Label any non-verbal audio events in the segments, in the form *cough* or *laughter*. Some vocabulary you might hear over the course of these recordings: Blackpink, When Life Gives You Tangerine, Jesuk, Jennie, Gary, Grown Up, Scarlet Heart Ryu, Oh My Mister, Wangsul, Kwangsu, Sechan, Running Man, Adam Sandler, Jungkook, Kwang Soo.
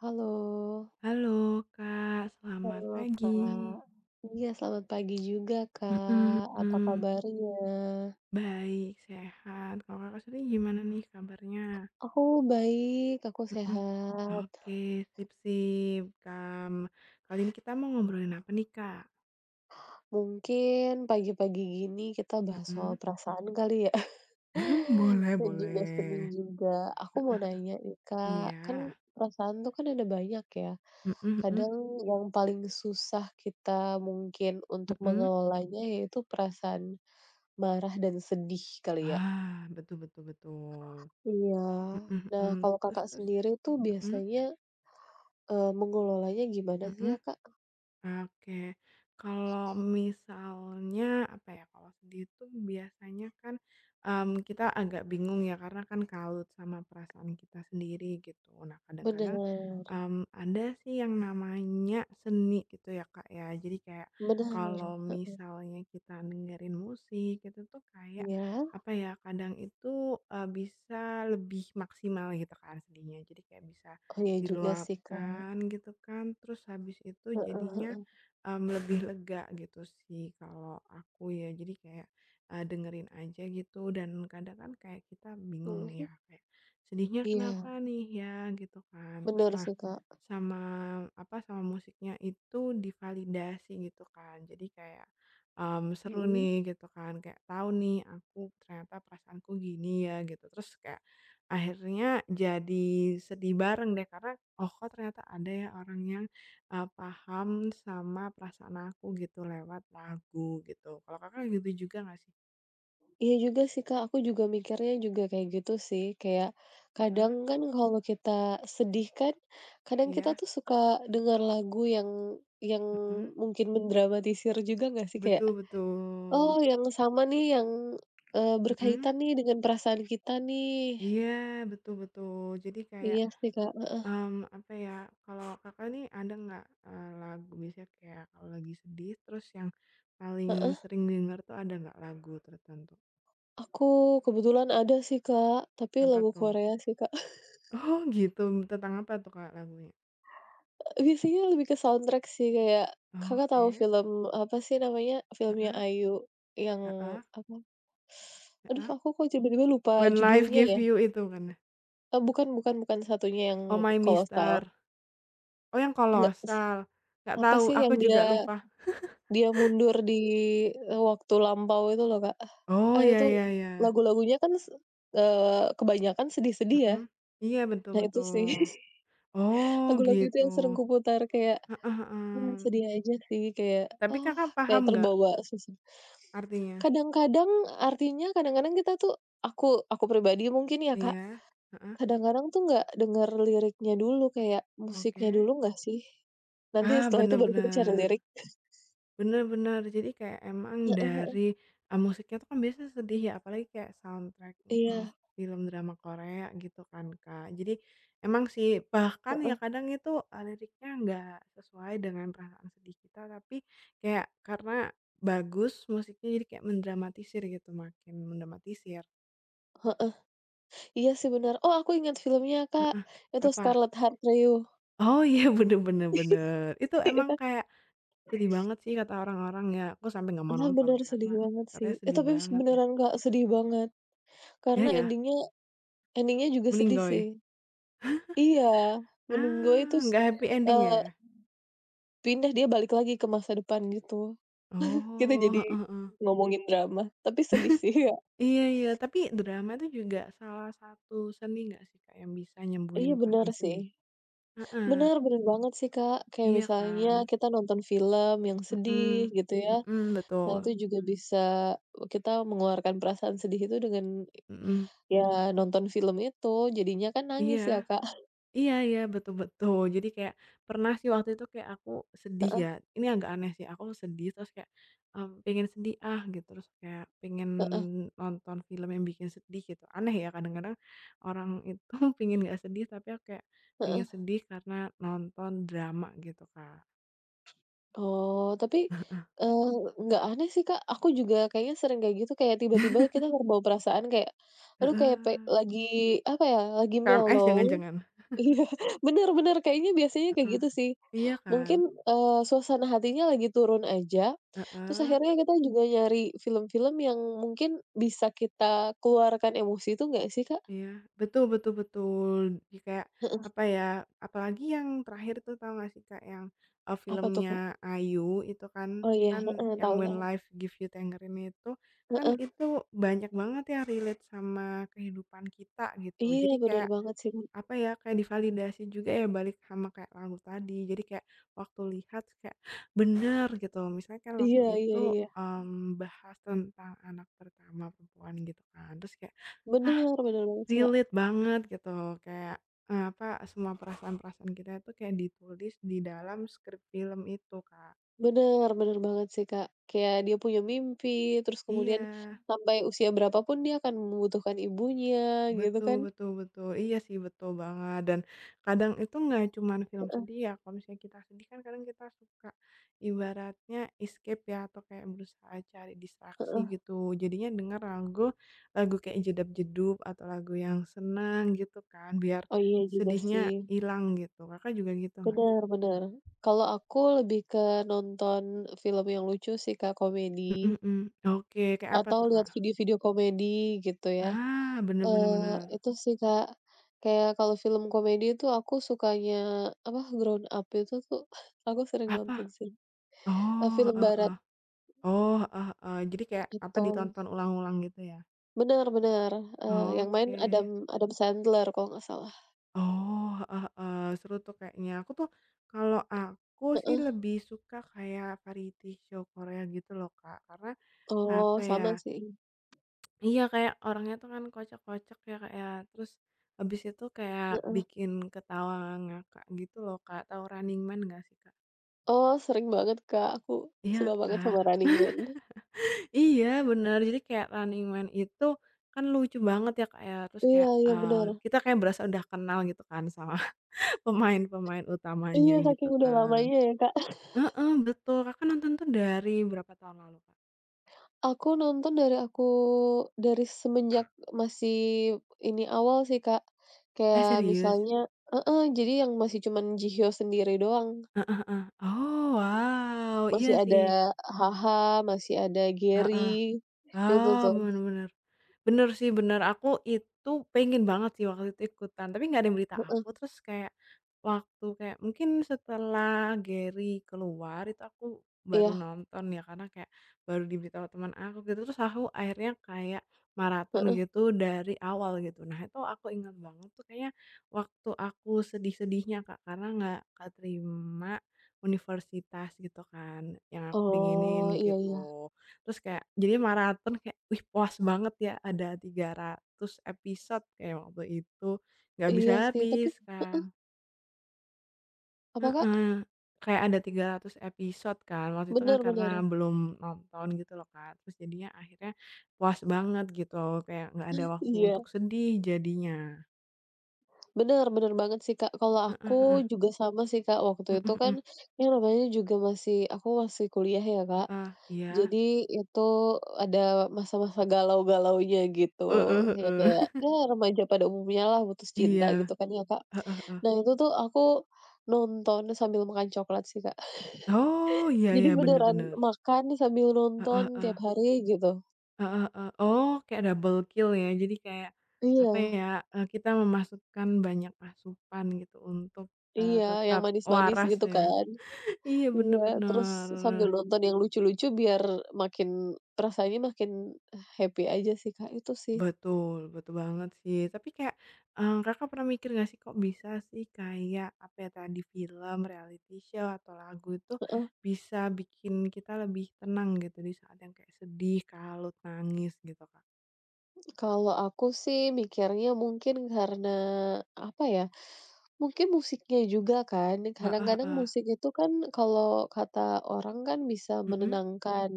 Halo. Halo Kak, selamat Halo, pagi. Kak. Iya, selamat pagi juga, Mhm Kak. Apa mhm. kabarnya? Baik, sehat. Kalau Kakak sendiri gimana nih kabarnya? Aku baik, aku Mhm. sehat. Oke, sip sip, kam kali ini kita mau ngobrolin apa nih, Kak? Mungkin pagi-pagi gini kita bahas soal Mhm. perasaan kali ya, *laughs* *laughs* Boleh dan juga sedih boleh. juga. Aku mau Heeh. nanya nih, Kak, kan Iya. perasaan tuh kan ada banyak ya. Mhm mhm. Kadang yang paling susah kita mungkin untuk Mhm. mengelolanya yaitu perasaan marah dan sedih kali ya. Ah, betul betul betul. Iya. Mhm Nah, mhm. kalau Terus Kakak terus? sendiri tuh Mhm. biasanya, mengelolanya gimana sih Mhm. ya, Kak? Oke, kalau misalnya apa ya, kalau sedih itu biasanya kan, kita agak bingung ya karena kan kalut sama perasaan kita sendiri gitu. Nah Bener kadang-kadang, ada sih yang namanya seni gitu ya Kak ya. Jadi kayak bener, kalau heeh, misalnya kita dengerin musik itu tuh kayak iya. apa ya, kadang itu, bisa lebih maksimal gitu kan sedihnya. Jadi kayak bisa Oh iya juga sih, Kak. diluapkan gitu kan, terus habis itu Heeh jadinya heeh, lebih lega gitu sih kalau aku ya. Jadi kayak, dengerin aja gitu dan kadang kan kayak kita bingung mhm. nih ya, kayak sedihnya Iya, kenapa nih ya gitu kan. Terus bener nah sih, Kak, sama, apa, sama musiknya itu divalidasi gitu kan. Jadi kayak, seru mhm. nih gitu kan, kayak tahu nih aku ternyata perasaanku gini ya gitu. Terus kayak akhirnya jadi sedih bareng deh karena, "Oh kok ternyata ada ya orang yang" paham sama perasaan aku gitu lewat lagu gitu. Kalau Kakak gitu juga nggak sih? Iya juga sih, Kak, aku juga mikirnya juga kayak gitu sih, kayak kadang Heeh, kan kalau kita sedih kan, kadang kita iya, tuh suka dengar lagu yang mhm, mungkin mendramatisir juga nggak sih? Kayak betul betul, oh, yang sama nih, yang, mhm, berkaitan nih dengan perasaan kita nih. iya, betul betul. Jadi kayak, Iya sih, Kak, heeh apa ya, kalau Kakak nih ada nggak, lagu biasanya kayak kalau lagi sedih terus yang paling heeh. sering didengar tuh ada nggak lagu tertentu? Aku kebetulan ada sih, Kak, tapi Apa lagu tuh? Korea sih, Kak. *laughs* Oh gitu, tentang apa tuh Kak lagunya? Biasanya lebih ke soundtrack sih, kayak Kakak tahu Oke, film, apa sih namanya, filmnya heeh, Ayu yang heeh, apa, aduh heeh. aku kok tiba-tiba lupa When Life judulnya Gives ya, You itu kan? Bukan bukan bukan satunya yang Oh, My Kolosal, Mister. Oh, yang enggak, Kolosal? Nggak apa tahu, sih aku yang juga dia lupa. Dia mundur di, waktu lampau itu loh, Kak. Oh, Ah, ya itu ya ya. lagu-lagunya kan kebanyakan sedih-sedih ya. Mhm. Iya, betul Nah itu sih, betul. *laughs* Oh, lagu-lagu itu gitu. yang sering kuputar kayak, Heeh heeh. sedih aja sih kayak, Tapi oh, Kakak kayak paham nggak terbawa suasana. artinya? Kadang-kadang artinya kadang-kadang kita tuh aku aku pribadi mungkin ya, Kak, Iya, heeh, kadang-kadang tuh nggak denger liriknya dulu, kayak musiknya oke. dulu nggak sih? Nanti Ah, setelah itu bener baru kita cari bener. lirik. Bener bener. Jadi kayak emang Heeh heeh. dari, musiknya tuh kan biasanya sedih ya, apalagi kayak soundtrack, Iya, film drama Korea gitu kan, Kak. Jadi emang sih bahkan ya heeh. kadang itu, liriknya nggak sesuai dengan perasaan sedih kita, tapi kayak karena bagus musiknya jadi kayak mendramatisir gitu, makin mendramatisir. Iya sih, benar. Oh aku ingat filmnya, Kak, Heeh. itu Apa? Scarlet Heart Ryu. *laughs* Oh iya, *laughs* bener bener bener. Itu emang Iya. kayak sedih banget sih kata orang-orang ya, aku sampai nggak mau Ah, nonton benar karena sedih banget sih. katanya Eh, sedih tapi banget ya. beneran, Kak, sedih banget. Ya Karena ya? ending-nya juga sedih sih. Meninggoy? Iya, mending gue itu Ah, nggak happy ending eee, ya? pindah dia balik lagi ke masa depan gitu. Kita Oh, jadi heeh heeh. ngomongin drama, tapi sedih sih ya. Iya iya, tapi drama itu juga salah satu seni nggak sih, Kak, yang bisa nyembuhin Iya benar perasaan sih. sedih? Heeh, Benar benar banget sih, Kak, kayak iya misalnya kan? kita nonton film yang Mhm, sedih gitu ya, mhm, nah betul, itu juga bisa, kita mengeluarkan perasaan sedih itu dengan mhm, ya nonton film itu, jadinya kan iya. nangis ya, Kak. Iya iya, betul betul. Jadi kayak pernah sih waktu itu kayak aku sedih Heeh ya, ini agak aneh sih, aku sedih terus kayak, pengen sedih ah gitu, terus kayak pengen heeh nonton film yang bikin sedih gitu. Aneh ya kadang-kadang orang itu *laughs* pengen nggak sedih tapi aku kayak pengen heeh. sedih karena nonton drama gitu, Kak. Oh, tapi, eee, nggak aneh sih, Kak, aku juga kayaknya sering kayak gitu, kayak tiba-tiba *laughs* kita terbawa perasaan kayak, aduh kayak Heeh. lagi apa ya, lagi KMS mellow. jangan-jangan? *laughs* Iya, bener bener, kayaknya biasanya kayak Heeh. gitu sih. Iya kan? Mungkin, suasana hatinya lagi turun aja, terus Heeh. akhirnya kita juga nyari film-film yang mungkin bisa kita keluarkan emosi itu nggak sih, Kak? Iya, betul betul betul. Di kayak, Heeh. apa ya, apalagi yang terakhir tuh tau gak sih Kak, yang, Apa tuh, filmnya Kak? Ayu itu kan Oh iya, kan heeh, yang tahu tahu. When Life Give You Tangerine ini itu, kan Heeh. itu banyak banget yang relate sama kehidupan kita gitu. Iya, Jadi bener kayak, banget sih, Kak. apa ya, kayak divalidasi juga ya balik sama kayak lagu tadi. Jadi kayak waktu lihat kayak, bener gitu. Misalnya kan Iya waktu iya itu, iya. Bahas tentang anak pertama perempuan gitu kan, terus kayak Bener bener banget sih, Kak. relate banget gitu, kayak, apa, semua perasaan-perasaan kita itu kayak ditulis di dalam skrip film itu, Kak. Bener bener banget sih, Kak. Kayak dia punya mimpi, terus Iya, kemudian sampai usia berapa pun dia akan membutuhkan ibunya, gitu betul kan. betul betul. Iya sih, betul banget, dan kadang itu nggak cuman film Heeh sedih ya, kalau misalnya kita sedih kan kadang kita suka ibaratnya escape ya, atau kayak berusaha cari distraksi heeh. gitu, jadinya denger lagu lagu kayak jedab jedup atau lagu yang senang gitu kan, biar Oh, iya juga sih. sedihnya hilang gitu. Kakak juga gitu nggak? Bener bener. Kalau aku lebih ke nonton film yang lucu sih, Kak, komedi, Mhm mhm. Oke, kayak apa atau tuh, lihat Kak? video-video komedi, gitu ya. Ah, bener bener bener. Itu sih, Kak. Kayak kalau film komedi itu aku sukanya apa, grown Up itu tuh *laughs* aku sering Apa? nonton sih, Oh, film heeh barat heeh. Oh, heeh heeh. Jadi kayak apa, itu. ditonton ulang-ulang gitu ya? Bener bener, yang main Oke. Adam Adam Sandler kalau nggak salah. Oh, heeh heeh. Seru tuh kayaknya. Aku tuh kalau aku sih Heeh. lebih suka kayak variety show Korea gitu loh, Kak. Karena apa Oh, ya, sama sih. iya kayak orangnya tuh kan kocak-kocak ya, Kak, ya. Terus habis itu kayak Heeh. bikin ketawa ngakak gitu loh, Kak. Tahu Running Man nggak sih, Kak? Oh, sering banget, Kak. Aku Iya, suka banget Kak. sama Running Man. Iya bener, jadi kayak Running Man itu kan lucu banget ya, Kak, ya, terus Iya kayak, iya, bener. kita kayak berasa udah kenal gitu kan sama *laughs* pemain-pemain utamanya Iya, gitu saking udah kan. lamanya ya, Kak. Heeh, betul. Kakak nonton tuh dari berapa tahun lalu, Kak? Aku nonton dari aku dari semenjak masih ini awal sih, Kak. Eh Kayak serius? misalnya heeh, jadi yang masih cuman Jihyo sendiri doang, Oh wow, masih iya ada sih. HaHa masih ada Heeh. Gary, itu Ah, tuh, bener bener. Bener sih, bener, aku itu pengen banget sih waktu itu ikutan, tapi nggak ada yang berita heeh, aku, terus kayak waktu kayak mungkin setelah Gary keluar itu aku baru iya, nonton ya, karena kayak baru diberitahu teman aku gitu, terus aku akhirnya kayak maraton heeh. gitu dari awal gitu. Nah, itu aku ingat banget tuh kayaknya waktu aku sedih-sedihnya, Kak, karena nggak keterima universitas gitu kan, yang aku Oh, pengenin iya iya. gitu. Terus kayak jadi maraton kayak, wih puas banget ya ada 300 episode kayak waktu itu, nggak bisa Iya sih, tapi habis kan apa, Kak? heeh, kayak ada 300 episode kan waktu itu kan Bener karena bener. belum nonton gitu loh kan terus jadinya akhirnya puas banget gitu kayak nggak ada waktu untuk Iya, sedih jadinya. bener bener banget sih, Kak. Kalau aku Heeh heeh. juga sama sih, Kak, waktu itu Mhm kan mhm. yang namanya juga masih aku masih kuliah ya, Kak. Heeh, iya. Jadi itu ada masa-masa galau-galaunya gitu, Heeh ya heeh. kayak, *laughs* ya remaja pada umumnya lah putus cinta Iya. gitu kan ya, Kak. Heeh heeh. Nah itu tuh aku nonton sambil makan coklat sih, Kak. Oh, iya Jadi iya, bener beneran bener. makan sambil Heeh nonton heeh. tiap hari gitu. Heeh heeh. Oh, kayak double kill ya. Jadi kayak, apa Iya ya, kita memasukkan banyak masukan gitu untuk, iya, yang tetap manis-manis waras gitu ya. kan. *laughs* Iya, bener Iya, terus sambil bener. nonton yang lucu-lucu biar makin rasanya makin happy aja sih, Kak, itu sih. Betul, betul banget sih. Tapi kayak, Kakak pernah mikir nggak sih kok bisa sih kayak, apa ya tadi, film, reality show, atau lagu itu bisa bikin kita lebih tenang gitu di saat yang kayak sedih, kalut, nangis gitu, Kak? Kalau aku sih mikirnya mungkin karena, apa ya, mungkin musiknya juga kan. Heeh Kadang-kadang heeh. musik itu kan kalau kata orang kan bisa Mhm. menenangkan.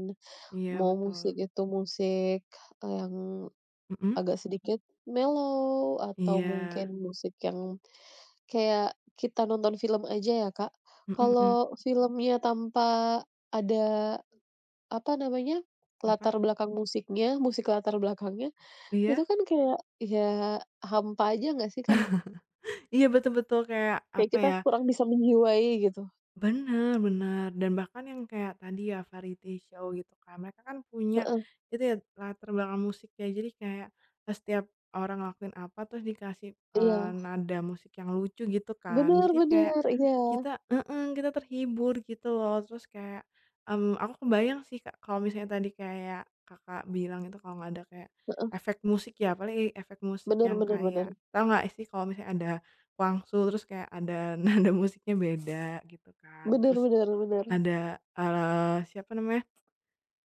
Iya, Mau betul. musik itu yang Mhm. agak sedikit mellow atau Iya. mungkin musik yang kayak kita nonton film aja ya, Kak. Mhm mhm, Kalau filmnya tanpa ada, apa namanya, apa? latar belakang musiknya, musik latar belakangnya Iya itu kan kayak, ya hampa aja nggak sih, Kak? iya betul betul kayak Kayak apa kita ya, kurang bisa menjiwai gitu. bener bener, dan bahkan yang kayak tadi ya variety show gitu kan, mereka kan punya Heeh, itu ya latar belakang musik ya, jadi kayak, setiap orang ngelakuin apa terus dikasih, iya. nada musik yang lucu gitu kan. Bener Jadi kayak bener, iya. kita heeh, kita terhibur gitu loh, terus kayak, aku kebayang sih Kak, kalau misalnya tadi kayak Kakak bilang itu kalau nggak ada kayak Heeh, efek musik ya, paling efek musik bener yang bener bener. kayak tau nggak sih kalau misalnya ada Wangsul, terus kayak ada *laughs* nada musiknya beda gitu kan. Bener Terus bener bener. ada, siapa namanya,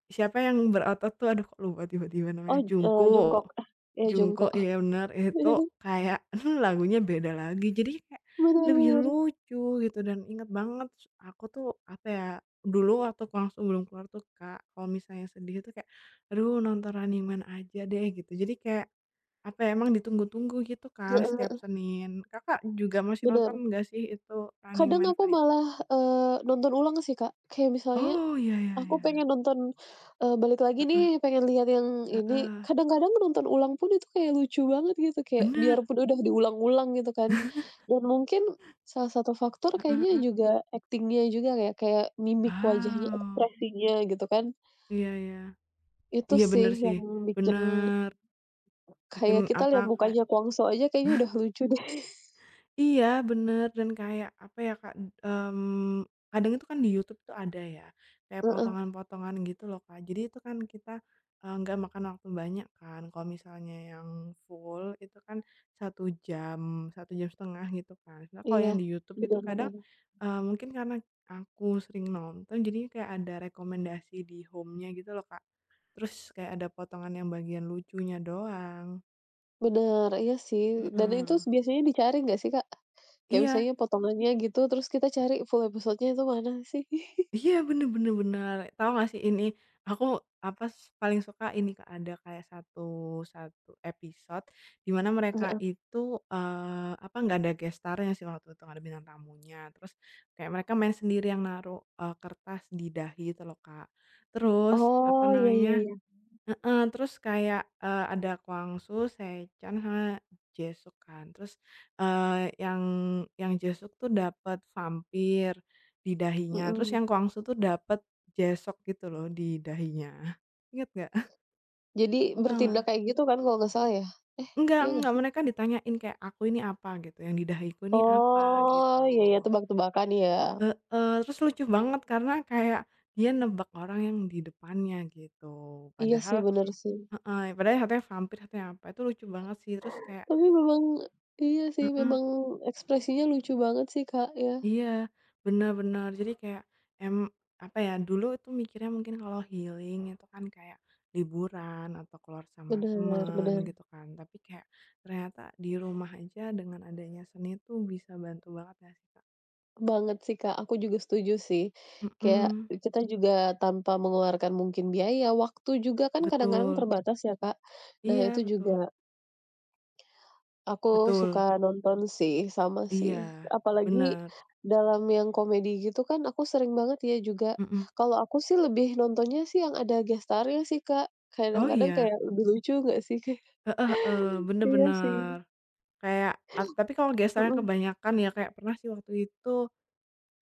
siapa yang berotot tuh, aduh kok lupa tiba-tiba namanya, Oh, jongkok. Jungkook. Iya Jungkook, jongkok. iya bener, itu Bener kayak *laughs* lagunya beda lagi, jadi kayak lebih bener. lucu gitu dan inget banget aku tuh, apa ya, dulu waktu aku langsung belum keluar tuh, Kak, kalau misalnya sedih tuh kayak, "Aduh nonton Running Man aja deh," gitu. Jadi kayak, apa ya, emang ditunggu-tunggu gitu *laughs* kan Heeh, setiap Senin. Kakak juga masih nonton bener. nggak sih itu Running Kadang Man aku variety? malah, eee, nonton ulang sih, Kak. Kayak misalnya Oh, ya ya aku ya. pengen nonton, balik lagi Heeh nih, pengen lihat yang ini. heeh. Kadang-kadang nonton ulang pun itu kayak lucu banget gitu, kayak Bener. biarpun udah diulang-ulang gitu kan. Dan mungkin salah satu faktor Heeh kayaknya heeh. juga aktingnya juga ya, kayak mimik wajahnya, Oh, ekspresinya gitu kan. iya iya. Itu Iya sih bener sih, yang bikin bener. Bikin kayak kita apa lihat kayak mukanya Kwang Soo aja kayaknya udah lucu deh. *laughs* iya bener dan kayak apa ya Kak, mmm, kadang itu kan di YouTube tuh ada ya, kayak Heeh, potongan-potongan gitu loh Kak. Jadi itu kan kita, nggak makan waktu banyak kan, kalau misalnya yang full itu kan satu jam setengah gitu kan. Nah kalau iya. yang di YouTube itu Bener kadang, bener. Mungkin karena aku sering nonton jadinya kayak ada rekomendasi di home-nya gitu loh Kak. Terus kayak ada potongan yang bagian lucunya doang. Bener, iya sih. Dan itu Mhm. biasanya dicari nggak sih, Kak? Kayak Iya misalnya potongannya gitu, terus kita cari full episode-nya itu mana sih? iya, bener bener bener. Tahu nggak sih ini, aku, apa, s paling suka ini, Kak, ada kayak satu satu episode di mana *laughs* mereka Heeh. itu, apa, nggak ada guest star sih waktu itu, nggak ada bintang tamunya. Terus kayak mereka main sendiri yang naruh, kertas di dahi itu loh, Kak. Terus, apa Oh, iya iya namanya iya. Heeh, terus kayak, ada Kwangsu, Sechan, sama Jesuk kan. Terus, eee, yang yang Jesuk tuh dapat vampir di dahinya, terus Mhm. yang Kwangsu tuh dapat jesok gitu loh di dahinya. Ingat nggak? Jadi Tahu nggak? bertindak kayak gitu kan kalau nggak salah ya? Iya nggak Enggak, sih? mereka ditanyain kayak, "Aku ini apa?" gitu, "Yang di dahiku ini apa?" Oh, gitu. iya iya, tebak-tebakan ya? Heeh, terus lucu banget karena kayak dia nebak orang yang di depannya gitu, Iya padahal sih, bener sih. heeh, padahal katanya vampir, katanya apa, itu lucu banget sih, terus kayak Tapi memang iya sih, heeh, memang ekspresinya lucu banget sih, Kak, ya. iya, benar-benar jadi kayak, mmm, apa ya, dulu itu mikirnya mungkin kalau healing itu kan kayak liburan atau keluar sama Bener temen bener gitu kan, tapi kayak ternyata di rumah aja dengan adanya seni tuh bisa bantu banget ya sih, Kak? banget sih, Kak, aku juga setuju sih. Kayak Mhm, kita juga tanpa mengeluarkan mungkin biaya, waktu juga kan kadang-kadang betul, terbatas ya, Kak. Nah, iya itu betul juga aku betul, suka nonton sih, sama sih. iya, Apalagi bener, dalam yang komedi gitu kan aku sering banget ya juga. mhm. Kalau aku sih lebih nontonnya sih yang ada gestarnya sih, Kak. Oh Kadang-kadang iya, kayak lebih lucu nggak sih, *laughs* Kak? heeh heeh, bener Iya sih, bener. Kayak af tapi kalau gesternya mhm, kebanyakan ya, kayak pernah sih waktu itu,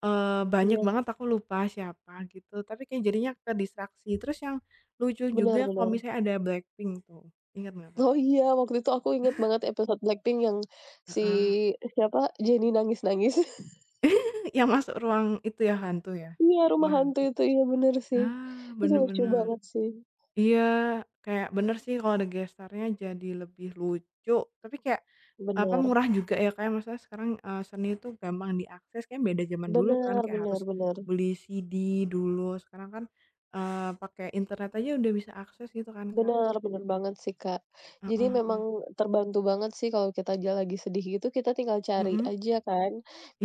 banyak iya. banget aku lupa siapa gitu, tapi kayak jadinya kedistraksi. Terus yang lucu juga Benar kalau benar. misalnya ada Blackpink tuh, ingat nggak, Kak? Oh iya, waktu itu aku ingat banget episode Blackpink yang si Heeh, siapa, Jennie nangis-nangis. *laughs* yang masuk ruang itu ya, hantu ya? Iya, Rumah Rumah Hantu hantu. itu, iya benar sih. Ah, Itu bener lucu bener. banget sih. Iya, kayak bener sih kalau ada gestarnya jadi lebih lucu, tapi kayak, apa, Benar murah juga ya, kayak ya. Maksudnya sekarang, seni itu gampang diakses, kayak beda zaman dulu kan, benar kayak benar harus benar. beli CD dulu, sekarang kan, pakai internet aja udah bisa akses gitu kan, Kak. Bener bener banget sih, Kak. Jadi Heeh heeh. memang terbantu banget sih kalau kita aja lagi sedih gitu, kita tinggal cari Mhm. aja kan,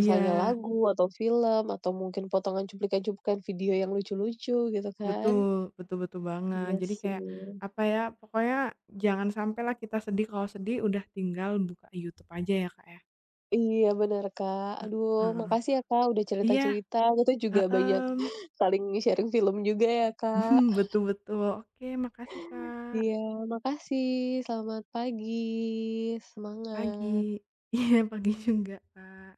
misalnya lagu atau film atau mungkin potongan cuplikan-cuplikan video yang lucu-lucu gitu kan. betul, betul betul banget. Iya Jadi sih. kayak, apa ya, pokoknya jangan sampailah kita sedih, kalau sedih udah tinggal buka YouTube aja ya, Kak, ya. Iya bener, Kak. Aduh Heeh. makasih ya, Kak, udah Iya, cerita-cerita, kita juga banyak heeh. *laughs* saling sharing film juga ya, Kak. Mhm, betul betul. Oke, makasih Kak. Iya makasih, selamat pagi, Pagi. semangat. Iya, pagi juga Kak.